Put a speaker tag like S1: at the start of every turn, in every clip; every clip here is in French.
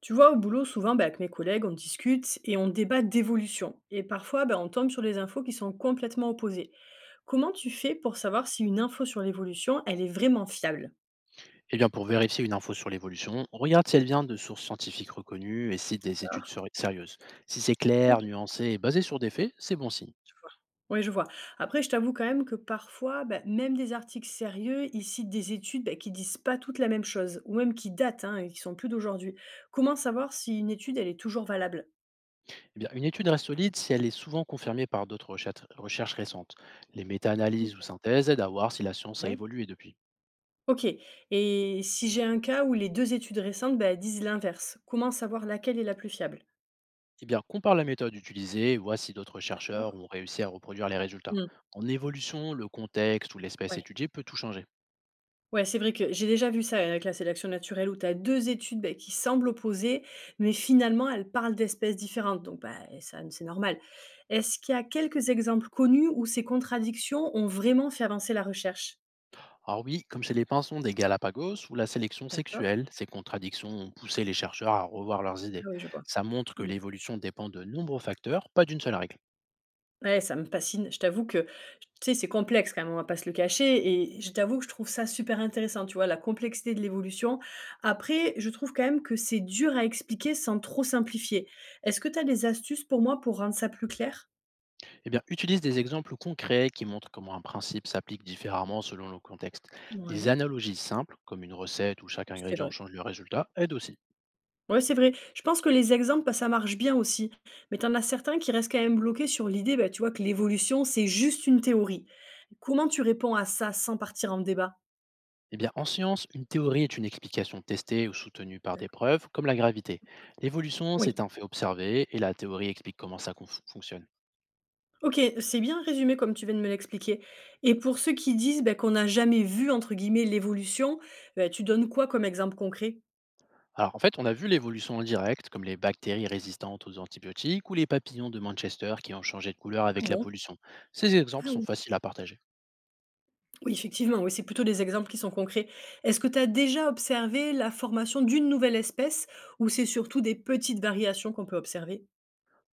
S1: Tu vois, au boulot, souvent, bah, avec mes collègues, on discute et on débat d'évolution. Et parfois, bah, on tombe sur des infos qui sont complètement opposées. Comment tu fais pour savoir si une info sur l'évolution, elle est vraiment fiable?
S2: Eh bien, pour vérifier une info sur l'évolution, regarde si elle vient de sources scientifiques reconnues et cite des études
S1: D'accord.
S2: sérieuses. Si c'est clair,
S1: Ok,
S2: nuancé et basé sur des faits, c'est bon signe.
S1: je vois. Oui, je vois. Après, je t'avoue quand même que parfois, bah, même des articles sérieux, ils citent des études bah, qui disent pas toutes la même chose, ou même qui datent hein, et qui sont plus d'aujourd'hui. Comment savoir si une étude, elle est toujours valable?
S2: Eh bien, une étude reste solide si elle est souvent confirmée par d'autres recherches récentes. Les méta-analyses ou synthèses aident à voir si la science a
S1: Ok.
S2: évolué depuis.
S1: OK, et si j'ai un cas où les 2 études récentes, bah, disent l'inverse, comment savoir laquelle est la plus fiable?
S2: Eh bien, compare la méthode utilisée et vois si d'autres chercheurs
S1: D'accord.
S2: ont réussi à reproduire les résultats.
S1: Mmh.
S2: En évolution, le contexte ou l'espèce
S1: Ouais.
S2: étudiée peut tout changer.
S1: Ouais, c'est vrai que j'ai déjà vu ça avec la sélection naturelle où tu as 2 études, bah, qui semblent opposées, mais finalement elles parlent d'espèces différentes donc bah, ça c'est normal. Est-ce qu'il y a quelques exemples connus où ces contradictions ont vraiment fait avancer la recherche?
S2: Alors oui, comme chez les pinsons des Galapagos, où la sélection
S1: D'accord.
S2: sexuelle, ces contradictions ont poussé les chercheurs à revoir leurs idées.
S1: Ah oui, je vois.
S2: Ça montre que
S1: Mmh.
S2: l'évolution dépend de nombreux facteurs, pas d'une seule règle.
S1: Ouais, ça me fascine. Je t'avoue que, tu sais, c'est complexe quand même, on va pas se le cacher, et je t'avoue que je trouve ça super intéressant, tu vois? La complexité de l'évolution. Après, je trouve quand même que c'est dur à expliquer sans trop simplifier. Est-ce que tu as des astuces pour moi pour rendre ça plus clair?
S2: Eh bien, utilise des exemples concrets qui montrent comment un principe s'applique différemment selon le contexte. Des
S1: Oui,
S2: analogies simples, comme une recette où chaque
S1: c'est
S2: ingrédient
S1: vrai.
S2: change le résultat, aident aussi.
S1: Ouais, c'est vrai. Je pense que les exemples, bah, ça marche bien aussi. Mais tu en as certains qui restent quand même bloqués sur l'idée, bah, tu vois, que l'évolution, c'est juste une théorie. Comment tu réponds à ça sans partir en débat?
S2: Eh bien, en science, une théorie est une explication testée ou soutenue par des
S1: D'accord.
S2: preuves, comme la gravité. L'évolution, c'est
S1: Oui.
S2: un fait observé, et la théorie explique comment ça fonctionne.
S1: OK, c'est bien résumé comme tu viens de me l'expliquer, et pour ceux qui disent, bah, qu'on n'a jamais vu entre guillemets «l'évolution», bah, tu donnes quoi comme exemple concret?
S2: Alors en fait, on a vu l'évolution en direct, comme les bactéries résistantes aux antibiotiques ou les papillons de Manchester qui ont changé de couleur
S1: Ah
S2: avec la
S1: bon?
S2: pollution. Ces exemples
S1: Ah
S2: sont
S1: oui.
S2: faciles à partager.
S1: Oui, effectivement, oui, c'est plutôt des exemples qui sont concrets. Est-ce que tu as déjà observé la formation d'une nouvelle espèce, ou c'est surtout des petites variations qu'on peut observer?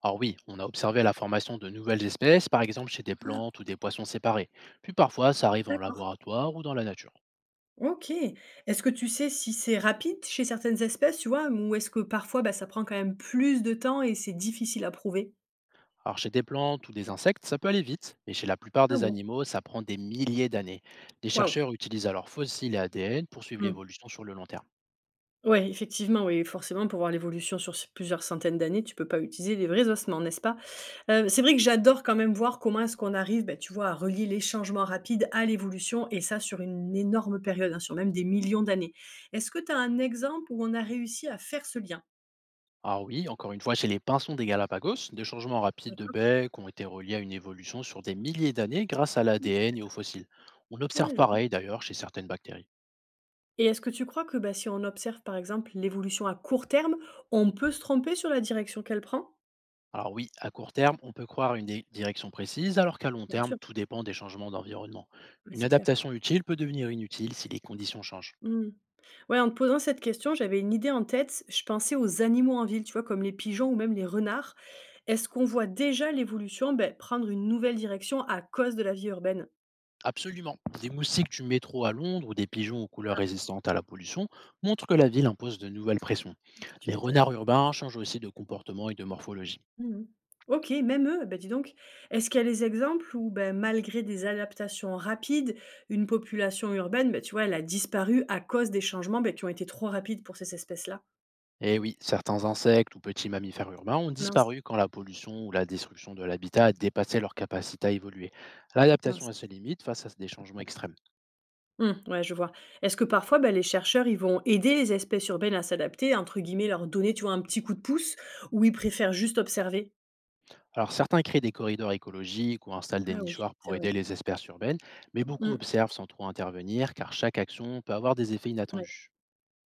S2: Alors oui, on a observé la formation de nouvelles espèces, par exemple chez des
S1: Ah,
S2: plantes ou des poissons séparés. Puis parfois, ça arrive en
S1: d'accord.
S2: laboratoire ou dans la nature.
S1: OK. Est-ce que tu sais si c'est rapide chez certaines espèces, tu vois? Ou est-ce que parfois, bah, ça prend quand même plus de temps et c'est difficile à prouver?
S2: Alors chez des plantes ou des insectes, ça peut aller vite, mais chez la plupart
S1: Ah
S2: des
S1: bon?
S2: animaux, ça prend des milliers d'années. Les
S1: Waouh!
S2: chercheurs utilisent alors fossiles et ADN pour suivre
S1: Mmh.
S2: l'évolution sur le long terme.
S1: Ouais, effectivement, oui, forcément, pour voir l'évolution sur ces plusieurs centaines d'années, tu peux pas utiliser les vrais ossements, n'est-ce pas? C'est vrai que j'adore quand même voir comment est-ce qu'on arrive, ben tu vois, à relier les changements rapides à l'évolution, et ça sur une énorme période, hein, sur même des millions d'années. Est-ce que tu as un exemple où on a réussi à faire ce lien?
S2: Alors oui, encore une fois, chez les pinsons des Galapagos, des changements rapides de
S1: D'accord?
S2: bec ont été reliés à une évolution sur des milliers d'années grâce à
S1: Oui, tu
S2: l'ADN et aux fossiles. On observe
S1: ouais, je vois,
S2: pareil d'ailleurs chez certaines bactéries.
S1: et est-ce que tu crois que, bah, si on observe, par exemple, l'évolution à court terme, on peut se tromper sur la direction qu'elle prend?
S2: Alors oui, à court terme, on peut croire à une direction précise, alors qu'à long
S1: Bien
S2: terme,
S1: sûr,
S2: tout dépend des changements d'environnement.
S1: ouais,
S2: Une
S1: c'est clair.
S2: adaptation utile peut devenir inutile si les conditions changent.
S1: Mmh. Ouais, en te posant cette question, j'avais une idée en tête. Je pensais aux animaux en ville, tu vois, comme les pigeons ou même les renards. Est-ce qu'on voit déjà l'évolution ben, prendre une nouvelle direction à cause de la vie urbaine?
S2: Absolument. Des moustiques du métro à Londres ou des pigeons aux couleurs
S1: Ah.
S2: résistantes à la pollution montrent que la ville impose de nouvelles pressions.
S1: Tu
S2: Les
S1: m'étonnes.
S2: renards urbains changent aussi de comportement et de morphologie.
S1: Mhm. Ok, même eux, ben dis donc, est-ce qu'il y a des exemples où, ben, malgré des adaptations rapides, une population urbaine, ben, tu vois, elle a disparu à cause des changements ben, qui ont été trop rapides pour ces espèces-là?
S2: Et oui, certains insectes ou petits mammifères urbains ont
S1: Mince,
S2: disparu quand la pollution ou la destruction de l'habitat a dépassé leur capacité à évoluer. L'adaptation a
S1: mince.
S2: ses limites face à des changements extrêmes.
S1: Mmh, ouais, je vois. Est-ce que parfois, bah, les chercheurs, ils vont aider les espèces urbaines à s'adapter, entre guillemets, leur donner, tu vois, un petit coup de pouce, ou ils préfèrent juste observer?
S2: Alors certains créent des corridors écologiques ou installent des
S1: Ah oui,
S2: nichoirs
S1: c'est
S2: pour
S1: vrai.
S2: aider les espèces urbaines, mais beaucoup
S1: Mmh,
S2: observent sans trop intervenir car chaque action peut avoir des effets
S1: ouais.
S2: inattendus.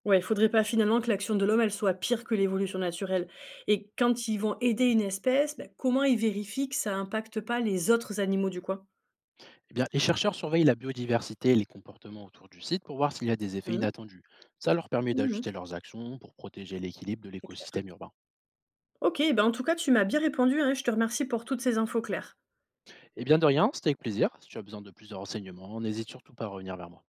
S1: Ouais, il faudrait pas finalement que l'action de l'homme, elle soit pire que l'évolution naturelle. Et quand ils vont aider une espèce, bah, comment ils vérifient que ça impacte pas les autres animaux du coin?
S2: Eh bien, les chercheurs surveillent la biodiversité et les comportements autour du site pour voir s'il y a des effets
S1: Mmh,
S2: inattendus. Ça leur permet
S1: mmh,
S2: d'ajuster leurs actions pour protéger l'équilibre de
S1: c'est clair.
S2: l'écosystème urbain.
S1: OK, ben en tout cas, tu m'as bien répondu, hein, je te remercie pour toutes ces infos claires.
S2: Eh bien de rien, c'était avec plaisir. Si tu as besoin de plus de renseignements, n'hésite surtout pas à revenir vers moi.